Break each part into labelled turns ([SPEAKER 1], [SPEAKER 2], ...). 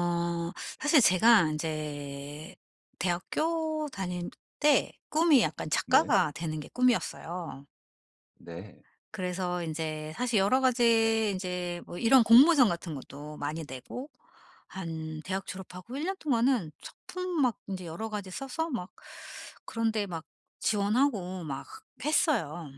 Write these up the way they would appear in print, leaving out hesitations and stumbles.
[SPEAKER 1] 어 사실 제가 이제 대학교 다닐 때 꿈이 약간
[SPEAKER 2] 네.
[SPEAKER 1] 작가가 되는 게 꿈이었어요.
[SPEAKER 2] 네.
[SPEAKER 1] 그래서 이제 사실 여러 가지 이제 뭐 이런 공모전 같은 것도 많이 내고 한 대학 졸업하고 1년 동안은 작품 막 이제 여러 가지 써서 막 그런 데 막 지원하고 막 했어요.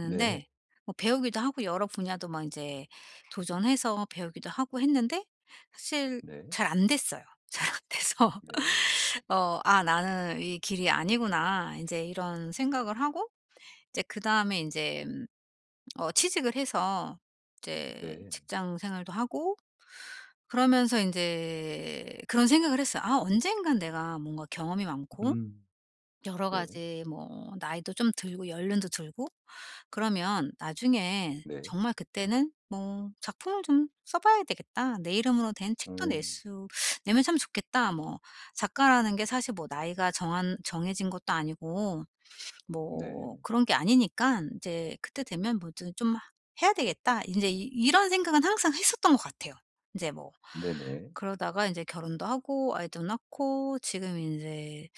[SPEAKER 2] 네.
[SPEAKER 1] 뭐 배우기도 하고 여러 분야도 막 이제 도전해서 배우기도 하고 했는데 사실
[SPEAKER 2] 네.
[SPEAKER 1] 잘 안 됐어요. 잘 안 돼서
[SPEAKER 2] 네.
[SPEAKER 1] '아 나는 이 길이 아니구나.' 이제 이런 생각을 하고 이제 그다음에 이제 취직을 해서 이제
[SPEAKER 2] 네.
[SPEAKER 1] 직장 생활도 하고 그러면서 이제 그런 생각을 했어요. '아 언젠간 내가 뭔가 경험이 많고
[SPEAKER 2] 음.
[SPEAKER 1] 여러
[SPEAKER 2] 네.
[SPEAKER 1] 가지 뭐 나이도 좀 들고 연륜도 들고 그러면 나중에
[SPEAKER 2] 네.
[SPEAKER 1] 정말 그때는 뭐 작품을 좀 써 봐야 되겠다. 내 이름으로 된 책도 낼
[SPEAKER 2] 음.
[SPEAKER 1] 수 내면 참 좋겠다.' 뭐 작가라는 게 사실 뭐 나이가 정한 정해진 것도 아니고 뭐
[SPEAKER 2] 네.
[SPEAKER 1] 그런 게 아니니까 이제 그때 되면 뭐 좀 해야 되겠다. 인제 이 이런 생각은 항상 했었던 것 같아요. 인제 뭐
[SPEAKER 2] 네네.
[SPEAKER 1] 그러다가 인제 결혼도 하고 아이도 낳고 지금 인제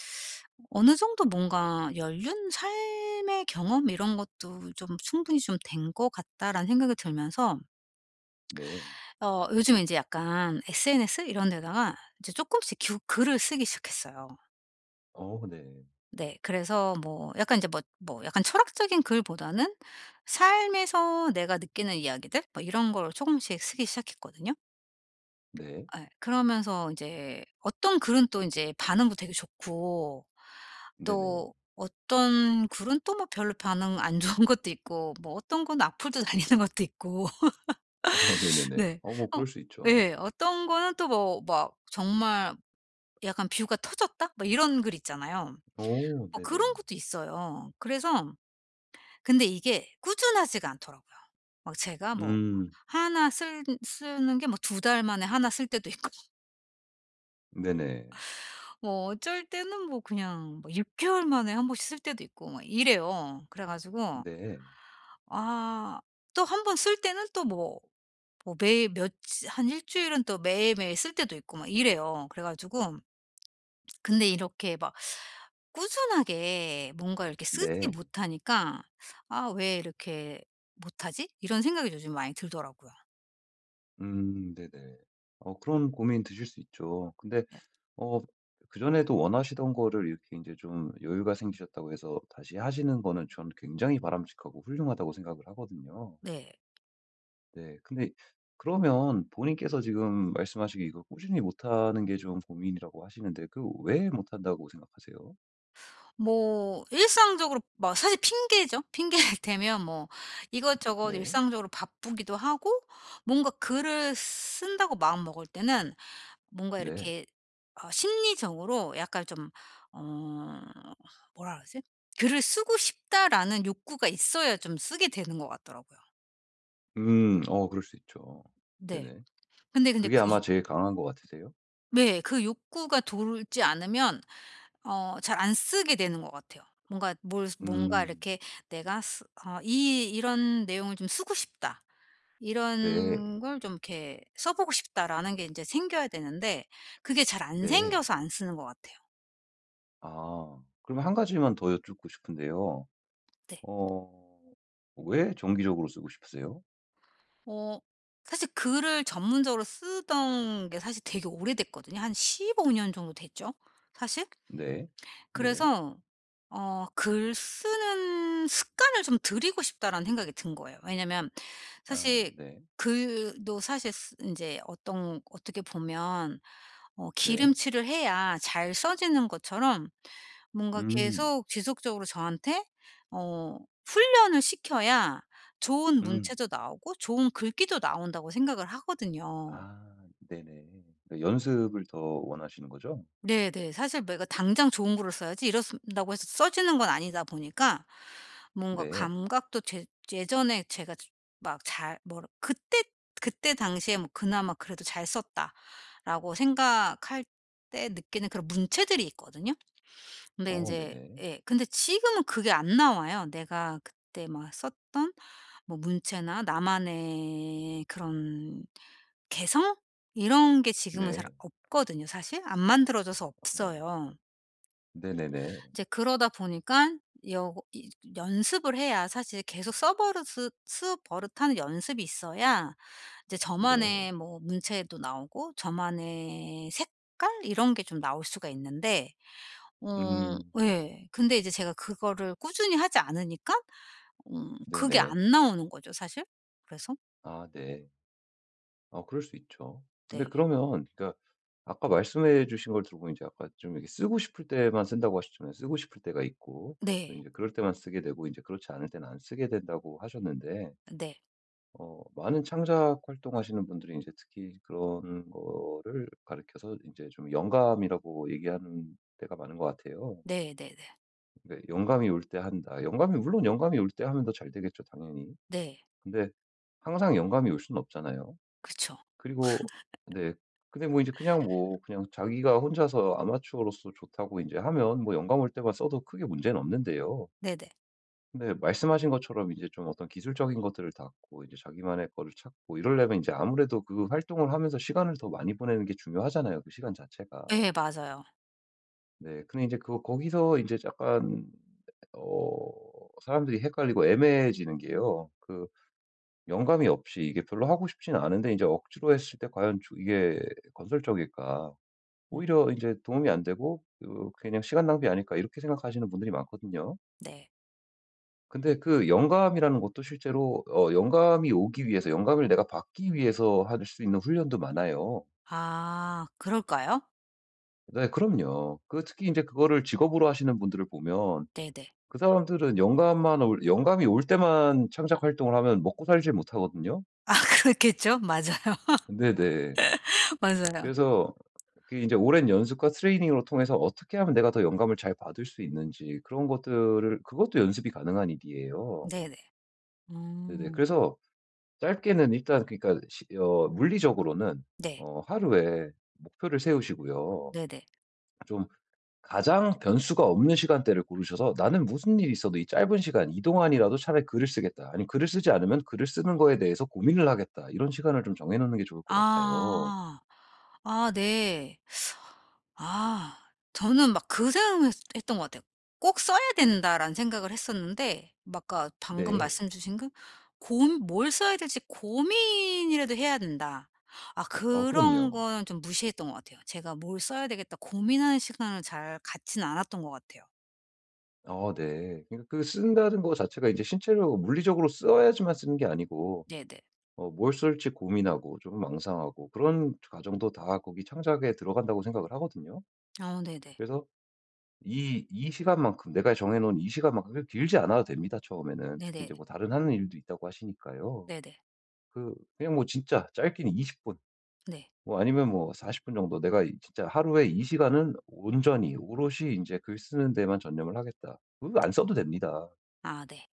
[SPEAKER 1] 어느 정도 뭔가 '연륜 삶의 경험 이런 것도 좀 충분히 좀 된 것 같다.'라는 생각이 들면서
[SPEAKER 2] 네.
[SPEAKER 1] 요즘 인제 약간 SNS 이런 데다가 이제 쪼끔씩 규 글을 쓰기 시작했어요.
[SPEAKER 2] 네.
[SPEAKER 1] 네. 그래서 뭐 약간 이제 뭐 약간 철학적인 글보다는 삶에서 내가 느끼는 이야기들 뭐 이런 걸 조금씩 쓰기 시작했거든요.
[SPEAKER 2] 네.
[SPEAKER 1] 예. 그러면서 이제 어떤 글은 또 이제 반응도 되게 좋고
[SPEAKER 2] 네네.
[SPEAKER 1] 또 어떤 글은 또 뭐 별로 반응 안 좋은 것도 있고 뭐 어떤 건 악플도 달리는 것도 있고
[SPEAKER 2] 네네네.
[SPEAKER 1] 네.
[SPEAKER 2] 뭐
[SPEAKER 1] 어
[SPEAKER 2] 그럴 수 있죠.
[SPEAKER 1] 예. 어떤 거는 또 뭐 막 정말 약간 뷰가 터졌다? 뭐 이런 글 있잖아요.
[SPEAKER 2] 오
[SPEAKER 1] 뭐 그런
[SPEAKER 2] 네네네.
[SPEAKER 1] 것도 있어요. 그래서 근데 이게 꾸준하지가 않더라고요. 막 제가 뭐
[SPEAKER 2] 음.
[SPEAKER 1] 하쓸 쓰는 게 뭐 2달 만에 하나 쓸 때도 있고
[SPEAKER 2] 네네.
[SPEAKER 1] 뭐 어쩔 때는 뭐 그냥 뭐 6개월 만에 한 번씩 쓸 때도 있고 막 이래요. 그래 가지고
[SPEAKER 2] 네.
[SPEAKER 1] 아 또 한 번 쓸 때는 또 뭐 매일 몇 한 일 주일은 또 매일매일 쓸 때도 있고 막 이래요. 그래 가지고 근데 이렇게 막 꾸준하게 뭔가 이렇게 쓰지
[SPEAKER 2] 네.
[SPEAKER 1] 못하니까 '아 왜 이렇게 못하지?' 이런 생각이 요즘 많이 들더라고요.
[SPEAKER 2] 네네. 그런 고민 드실 수 있죠. 근데 어 그전에도 원하시던 거를 이렇게 이제 좀 여유가 생기셨다고 해서 다시 하시는 거는 저는 굉장히 바람직하고 훌륭하다고 생각을 하거든요.
[SPEAKER 1] 네.
[SPEAKER 2] 네. 근데 그러면 본인께서 지금 말씀하시기 이걸 꾸준히 못하는 게 좀 고민이라고 하시는데 그 왜 못한다고 생각하세요?
[SPEAKER 1] 뭐 일상적으로 뭐 사실 핑계죠. 핑계를 대면 뭐 이것저것
[SPEAKER 2] 네.
[SPEAKER 1] 일상적으로 바쁘기도 하고 뭔가 글을 쓴다고 마음먹을 때는 뭔가
[SPEAKER 2] 네.
[SPEAKER 1] 이렇게 심리적으로 약간 좀 어 뭐라 그러지? '글을 쓰고 싶다.'라는 욕구가 있어야 좀 쓰게 되는 것 같더라고요.
[SPEAKER 2] 음. 그럴 수 있죠.
[SPEAKER 1] 네.
[SPEAKER 2] 네네.
[SPEAKER 1] 근데
[SPEAKER 2] 그게
[SPEAKER 1] 그
[SPEAKER 2] 아마 제일 강한 것 같으세요?
[SPEAKER 1] 네, 그 욕구가 돌지 않으면 잘 안 쓰게 되는 것 같아요. 뭔가 뭘 뭔가
[SPEAKER 2] 음.
[SPEAKER 1] 이렇게 내가 쓰 어 '이 이런 내용을 좀 쓰고 싶다.
[SPEAKER 2] 네.
[SPEAKER 1] 이런 걸 좀 이렇게 써 보고 싶다.'라는 게 이제 생겨야 되는데 그게 잘 안
[SPEAKER 2] 네.
[SPEAKER 1] 생겨서 안 쓰는 것 같아요.
[SPEAKER 2] 아. 그럼 한 가지만 더 여쭙고 싶은데요.
[SPEAKER 1] 네.
[SPEAKER 2] 어 왜 정기적으로 쓰고 싶으세요?
[SPEAKER 1] 어 사실 글을 전문적으로 쓰던 게 사실 되게 오래됐거든요. 한 15년 정도 됐죠 사실?
[SPEAKER 2] 네. 네.
[SPEAKER 1] 그래서 '글 쓰는 습관을 좀 들이고 싶다.'라는 생각이 든 거예요. 왜냐면
[SPEAKER 2] 아
[SPEAKER 1] 사실
[SPEAKER 2] 네.
[SPEAKER 1] 글도 사실 쓰제 어떤 어떻게 보면
[SPEAKER 2] 네.
[SPEAKER 1] 기름칠을 해야 잘 써지는 것처럼 뭔가
[SPEAKER 2] 음.
[SPEAKER 1] 계속 지속적으로 저한테 어 훈련을 시켜야 좋은
[SPEAKER 2] 음.
[SPEAKER 1] 문체도 나오고 좋은 글귀도 나온다고 생각을 하거든요.
[SPEAKER 2] 아 네네. 그러니까 연습을 더 원하시는 거죠?
[SPEAKER 1] 네네. 사실 내가 당장 좋은 글을 써야지 이렇다고 해서 써지는 건 아니다 보니까 뭔가
[SPEAKER 2] 네.
[SPEAKER 1] 감각도 제 예전에 제가 막 잘 뭐 그때 당시에 뭐 그나마 그래도 '잘 썼다.'라고 생각할 때 느끼는 그런 문체들이 있거든요. 근데 이제
[SPEAKER 2] 네네.
[SPEAKER 1] 예, 근데 지금은 그게 안 나와요. 내가 그때 막 썼던 뭐 문체나 나만의 그런 개성? 이런 게 지금은 잘
[SPEAKER 2] 네.
[SPEAKER 1] 없거든요 사실. 안 만들어져서
[SPEAKER 2] 어
[SPEAKER 1] 없어요.
[SPEAKER 2] 네네네.
[SPEAKER 1] 이제 그러다 보니까 여 이 연습을 해야 사실 계속 써버릇 쓰 버릇하는 연습이 있어야 이제
[SPEAKER 2] 네.
[SPEAKER 1] 저만의 뭐 문체도 나오고 저만의 색깔 이런 게 좀 나올 수가 있는데
[SPEAKER 2] 음
[SPEAKER 1] 예. 근데 이제 제가 그거를 꾸준히 하지 않으니까 그게
[SPEAKER 2] 네네.
[SPEAKER 1] 안 나오는 거죠 사실. 그래서
[SPEAKER 2] 아 네. 아 그럴 수 있죠. 근데
[SPEAKER 1] 네.
[SPEAKER 2] 그러면 그러니까 아까 말씀해 주신 걸 들어보니 이제 아까 좀 이렇게 쓰고 싶을 때만 쓴다고 하셨잖아요. 쓰고 싶을 때가 있고 또
[SPEAKER 1] 네.
[SPEAKER 2] 제 그럴 때만 쓰게 되고 이제 그렇지 않을 때는 안 쓰게 된다고 하셨는데
[SPEAKER 1] 네.
[SPEAKER 2] 많은 창작 활동하시는 분들이 이제 특히 그런 거를 가르켜서이제 좀 영감이라고 얘기하는 때가 많은 것 같아요.
[SPEAKER 1] 네, 네, 네. 네.
[SPEAKER 2] 근데 "영감이 올 때 한다." 영감이 물론 영감이 올 때 하면 더 잘 되겠죠 당연히.
[SPEAKER 1] 네, 네,
[SPEAKER 2] 근데 항상 영감이 올 수는 없잖아요.
[SPEAKER 1] 그쵸.
[SPEAKER 2] 그리고 네. 근데 뭐 이제 그냥 뭐 그냥 자기가 혼자서 아마추어로서 좋다고 이제 하면 뭐 영감 올 때만 써도 크게 문제는 없는데요.
[SPEAKER 1] 네네.
[SPEAKER 2] 근데 말씀하신 것처럼 이제 좀 어떤 기술적인 것들을 닫고 이제 자기만의 거를 찾고 이러려면 이제 아무래도 그 활동을 하면서 시간을 더 많이 보내는 게 중요하잖아요, 그 시간 자체가.
[SPEAKER 1] 예, 맞아요.
[SPEAKER 2] 네. 근데 이제 그 거기서 이제 약간 어 사람들이 헷갈리고 애매해지는 게요. 그 영감이 없이 이게 별로 하고 싶진 않은데 이제 억지로 했을 때 과연 조 이게 건설적일까? 오히려 이제 도움이 안 되고 그 '그냥 시간 낭비 아닐까?' 이렇게 생각하시는 분들이 많거든요.
[SPEAKER 1] 네.
[SPEAKER 2] 근데 그 영감이라는 것도 실제로 영감이 오기 위해서 영감을 내가 받기 위해서 할 수 있는 훈련도 많아요.
[SPEAKER 1] 아, 그럴까요?
[SPEAKER 2] 네 그럼요. 그 특히 이제 그거를 직업으로 하시는 분들을 보면
[SPEAKER 1] 네네.
[SPEAKER 2] 그 사람들은 영감만 올 영감이 올 때만 창작 활동을 하면 먹고 살지 못하거든요.
[SPEAKER 1] 아, 그렇겠죠. 맞아요.
[SPEAKER 2] 네네.
[SPEAKER 1] 맞아요.
[SPEAKER 2] 그래서 그제 오랜 연습과 트레이닝으로 통해서 어떻게 하면 내가 더 영감을 잘 받을 수 있는지 그런 것들을 그것도 연습이 가능한 일이에요.
[SPEAKER 1] 네네.
[SPEAKER 2] 네네.
[SPEAKER 1] 음.
[SPEAKER 2] 그래서 짧게는 일단 그러니까 시 어 물리적으로는
[SPEAKER 1] 네.
[SPEAKER 2] 하루에 목표를 세우시고요.
[SPEAKER 1] 네네.
[SPEAKER 2] 좀 가장 변수가 없는 시간대를 고르셔서 '나는 무슨 일이 있어도 이 짧은 시간 이 동안이라도 차라리 글을 쓰겠다.' 아니 '글을 쓰지 않으면 글을 쓰는 거에 대해서 고민을 하겠다.' 이런 시간을 좀 정해 놓는 게 좋을 것 같아요.
[SPEAKER 1] 아. 아, 네. 아, 저는 막 그 생각했 했던 것 같아요. '꼭 써야 된다.'라는 생각을 했었는데 막 아까 방금
[SPEAKER 2] 네.
[SPEAKER 1] 말씀 주신 그 고민, '뭘 써야 될지 고민이라도 해야 된다.' 아, 그런
[SPEAKER 2] 그럼요.
[SPEAKER 1] 거는 좀 무시했던 것 같아요. 제가 '뭘 써야 되겠다.' 고민하는 시간을 잘 갖지는 않았던 것 같아요.
[SPEAKER 2] 네. 그러니까 그 쓴다는 거 자체가 이제 신체적으로 물리적으로 써야지만 쓰는 게 아니고
[SPEAKER 1] 네네.
[SPEAKER 2] 뭘 쓸지 고민하고 좀 망상하고 그런 과정도 다 거기 창작에 들어간다고 생각을 하거든요.
[SPEAKER 1] 네네.
[SPEAKER 2] 그래서 이 시간만큼 내가 정해 놓은 이 시간만큼 그렇게 길지 않아도 됩니다 처음에는. 특히 이
[SPEAKER 1] 네네.
[SPEAKER 2] 제 뭐 다른 하는 일도 있다고 하시니까요.
[SPEAKER 1] 네네.
[SPEAKER 2] 그 그냥 뭐 진짜 짧게는 20분
[SPEAKER 1] 네.
[SPEAKER 2] 뭐 아니면 뭐 40분 정도 '내가 이 진짜 하루에 이 시간은 온전히 오롯이 이제 글 쓰는 데만 전념을 하겠다.' 그거 안 써도 됩니다.
[SPEAKER 1] 아, 네.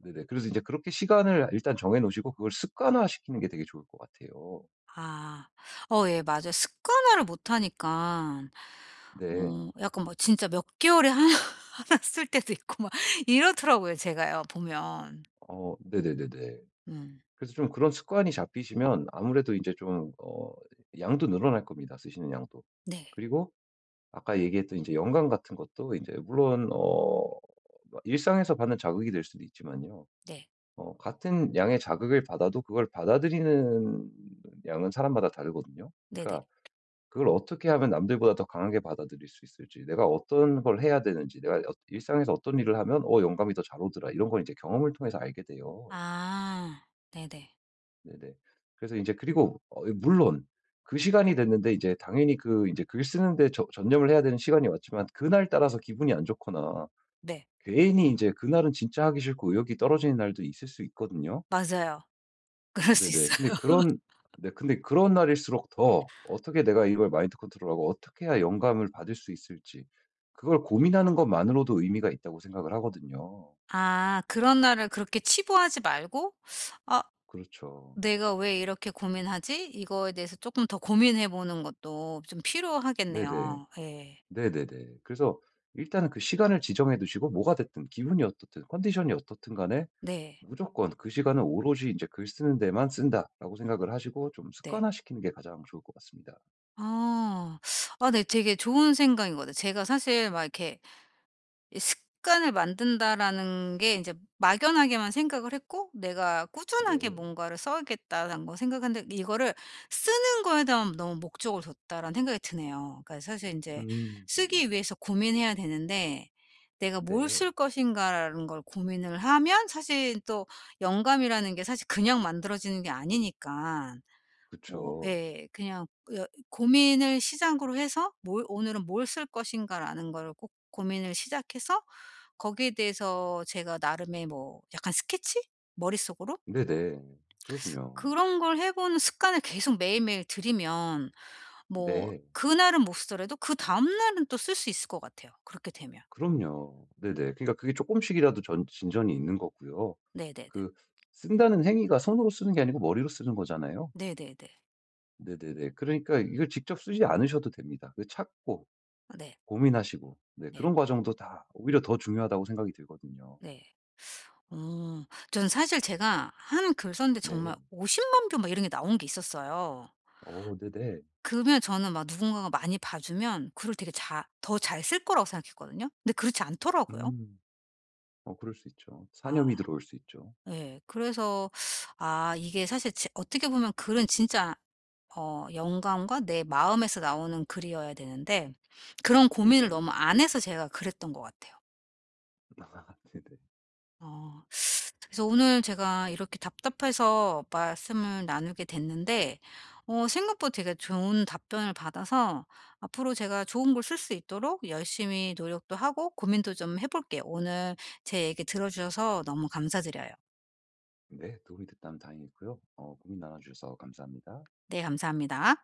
[SPEAKER 2] 네네. 그래서 이제 그렇게 시간을 일단 정해 놓으시고 그걸 습관화시키는 게 되게 좋을 것 같아요.
[SPEAKER 1] 아. 예, 맞아요. 습관화를 못하니까
[SPEAKER 2] 네.
[SPEAKER 1] 약간 뭐 진짜 몇 개월에 하나 하나 쓸 때도 있고 막 이렇더라고요 제가요 보면.
[SPEAKER 2] 네네네네.
[SPEAKER 1] 음.
[SPEAKER 2] 그래서 좀 그런 습관이 잡히시면 아무래도 이제 좀 양도 늘어날 겁니다, 쓰시는 양도.
[SPEAKER 1] 네.
[SPEAKER 2] 그리고 아까 얘기했던 이제 영감 같은 것도 이제 물론 일상에서 받는 자극이 될 수도 있지만요.
[SPEAKER 1] 네.
[SPEAKER 2] 같은 양의 자극을 받아도 그걸 받아들이는 양은 사람마다 다르거든요.
[SPEAKER 1] 네네.
[SPEAKER 2] 그러니까 그걸 어떻게 하면 남들보다 더 강하게 받아들일 수 있을지, 내가 어떤 걸 해야 되는지, 일상에서 어떤 일을 하면 '어 영감이 더 잘 오더라.' 이런 걸 이제 경험을 통해서 알게 돼요.
[SPEAKER 1] 아. 네네. 네.
[SPEAKER 2] 네네. 그래서 이제 그리고 예, 물론 그 시간이 됐는데 이제 당연히 그 이제 글 쓰는 데 전념을 해야 되는 시간이 왔지만 그날 따라서 기분이 안 좋거나
[SPEAKER 1] 네,
[SPEAKER 2] 괜히 이제 그날은 진짜 하기 싫고 의욕이 떨어지는 날도 있을 수 있거든요.
[SPEAKER 1] 맞아요. 그럴 수
[SPEAKER 2] 네네.
[SPEAKER 1] 있어요.
[SPEAKER 2] 근데 그런 네 근데 그런 날일수록 더 어떻게 내가 이걸 마인드 컨트롤하고 어떻게 해야 영감을 받을 수 있을지 그걸 고민하는 것만으로도 의미가 있다고 생각을 하거든요.
[SPEAKER 1] 아, 그런 날을 그렇게 치부하지 말고 '아,
[SPEAKER 2] 그렇죠.
[SPEAKER 1] 내가 왜 이렇게 고민하지?' 이거에 대해서 조금 더 고민해 보는 것도 좀
[SPEAKER 2] 네네.
[SPEAKER 1] 필요하겠네요. 예.
[SPEAKER 2] 네네네. 그래서 일단은 그 시간을 지정해 두시고 뭐가 됐든 기분이 어떻든 컨디션이 어떻든 간에
[SPEAKER 1] 네.
[SPEAKER 2] 무조건 그 시간은 오로지 이제 '글 쓰는 데만 쓴다.'라고 생각을 하시고 좀
[SPEAKER 1] 네.
[SPEAKER 2] 습관화시키는 게 가장 좋을 것 같습니다.
[SPEAKER 1] 아. 아, 네, 되게 좋은 생각인 것 같아요. 제가 사실 막 이렇게 이 '습관을 만든다.'라는 게 이제 막연하게만 생각을 했고 '내가 꾸준하게
[SPEAKER 2] 네.
[SPEAKER 1] 뭔가를 써야겠다.'라는 거 생각했는데 이거를 '쓰는 거에 대한 너무 목적을 뒀다.'라는 생각이 드네요. 그러니까 사실 제
[SPEAKER 2] 네네.
[SPEAKER 1] 쓰기 위해서 고민해야 되는데 '내가 뭘
[SPEAKER 2] 네.
[SPEAKER 1] 쓸 것인가.'라는 걸 고민을 하면 사실 또 영감이라는 게 사실 그냥 만들어지는 게 아니니까 뭐
[SPEAKER 2] 그쵸.
[SPEAKER 1] 예. 그냥 여 고민을 시작으로 해서 뭘 '오늘은 뭘 쓸 것인가.'라는 걸 꼭 고민을 시작해서 거기에 대해서 제가 나름의 뭐 약간 스케치? 머릿속으로?
[SPEAKER 2] 네네. 그럼요.
[SPEAKER 1] 그런 걸 해 보는 습관을 계속 매일매일 들이면 뭐
[SPEAKER 2] 네.
[SPEAKER 1] 그날은 못 쓰더라도 그다음 날은 또 쓸 수 있을 것 같아요 그렇게 되면.
[SPEAKER 2] 그럼요. 네네. 그러니까 그게 조금씩이라도 전 진전이 있는 거고요.
[SPEAKER 1] 네네네.
[SPEAKER 2] 그 쓴다는 행위가 손으로 쓰는 게 아니고 머리로 쓰는 거잖아요.
[SPEAKER 1] 네네네.
[SPEAKER 2] 네네네. 그러니까 이걸 직접 쓰지 않으셔도 됩니다. 그 찾고
[SPEAKER 1] 네.
[SPEAKER 2] 고민하시고 네
[SPEAKER 1] 네.
[SPEAKER 2] 그런 과정도 다 오히려 더 중요하다고 생각이 들거든요.
[SPEAKER 1] 네. 어. 전 사실 제가 한 글서인데
[SPEAKER 2] 네.
[SPEAKER 1] 정말 5 0만0뷰 막 이런 게 나온 게 있었어요.
[SPEAKER 2] 네네.
[SPEAKER 1] 그러면 저는 막 누군가가 많이 봐주면 글을 되게 잘 쓸 거라고 생각했거든요. 근데 그렇지 않더라고요.
[SPEAKER 2] 음. 그럴 수 있죠.
[SPEAKER 1] 아,
[SPEAKER 2] 사념이 들어올 수 있죠.
[SPEAKER 1] 예. 그래서 아, 이게 사실 지 어떻게 보면 글은 진짜 영감과 내 마음에서 나오는 글이어야 되는데 그런 고민을
[SPEAKER 2] 네네.
[SPEAKER 1] 너무 안 해서 제가 그랬던 것 같아요.
[SPEAKER 2] 아 네네.
[SPEAKER 1] 어. 그래서 오늘 제가 이렇게 답답해서 말씀을 나누게 됐는데 생각보다 되게 좋은 답변을 받아서 앞으로 제가 좋은 걸 쓸 수 있도록 열심히 노력도 하고 고민도 좀 해 볼게요. 오늘 제 얘기 들어 주셔서 너무 감사드려요.
[SPEAKER 2] 네. 도움이 됐다면 다행이고요. 고민 나눠 주셔서 감사합니다.
[SPEAKER 1] 네, 감사합니다.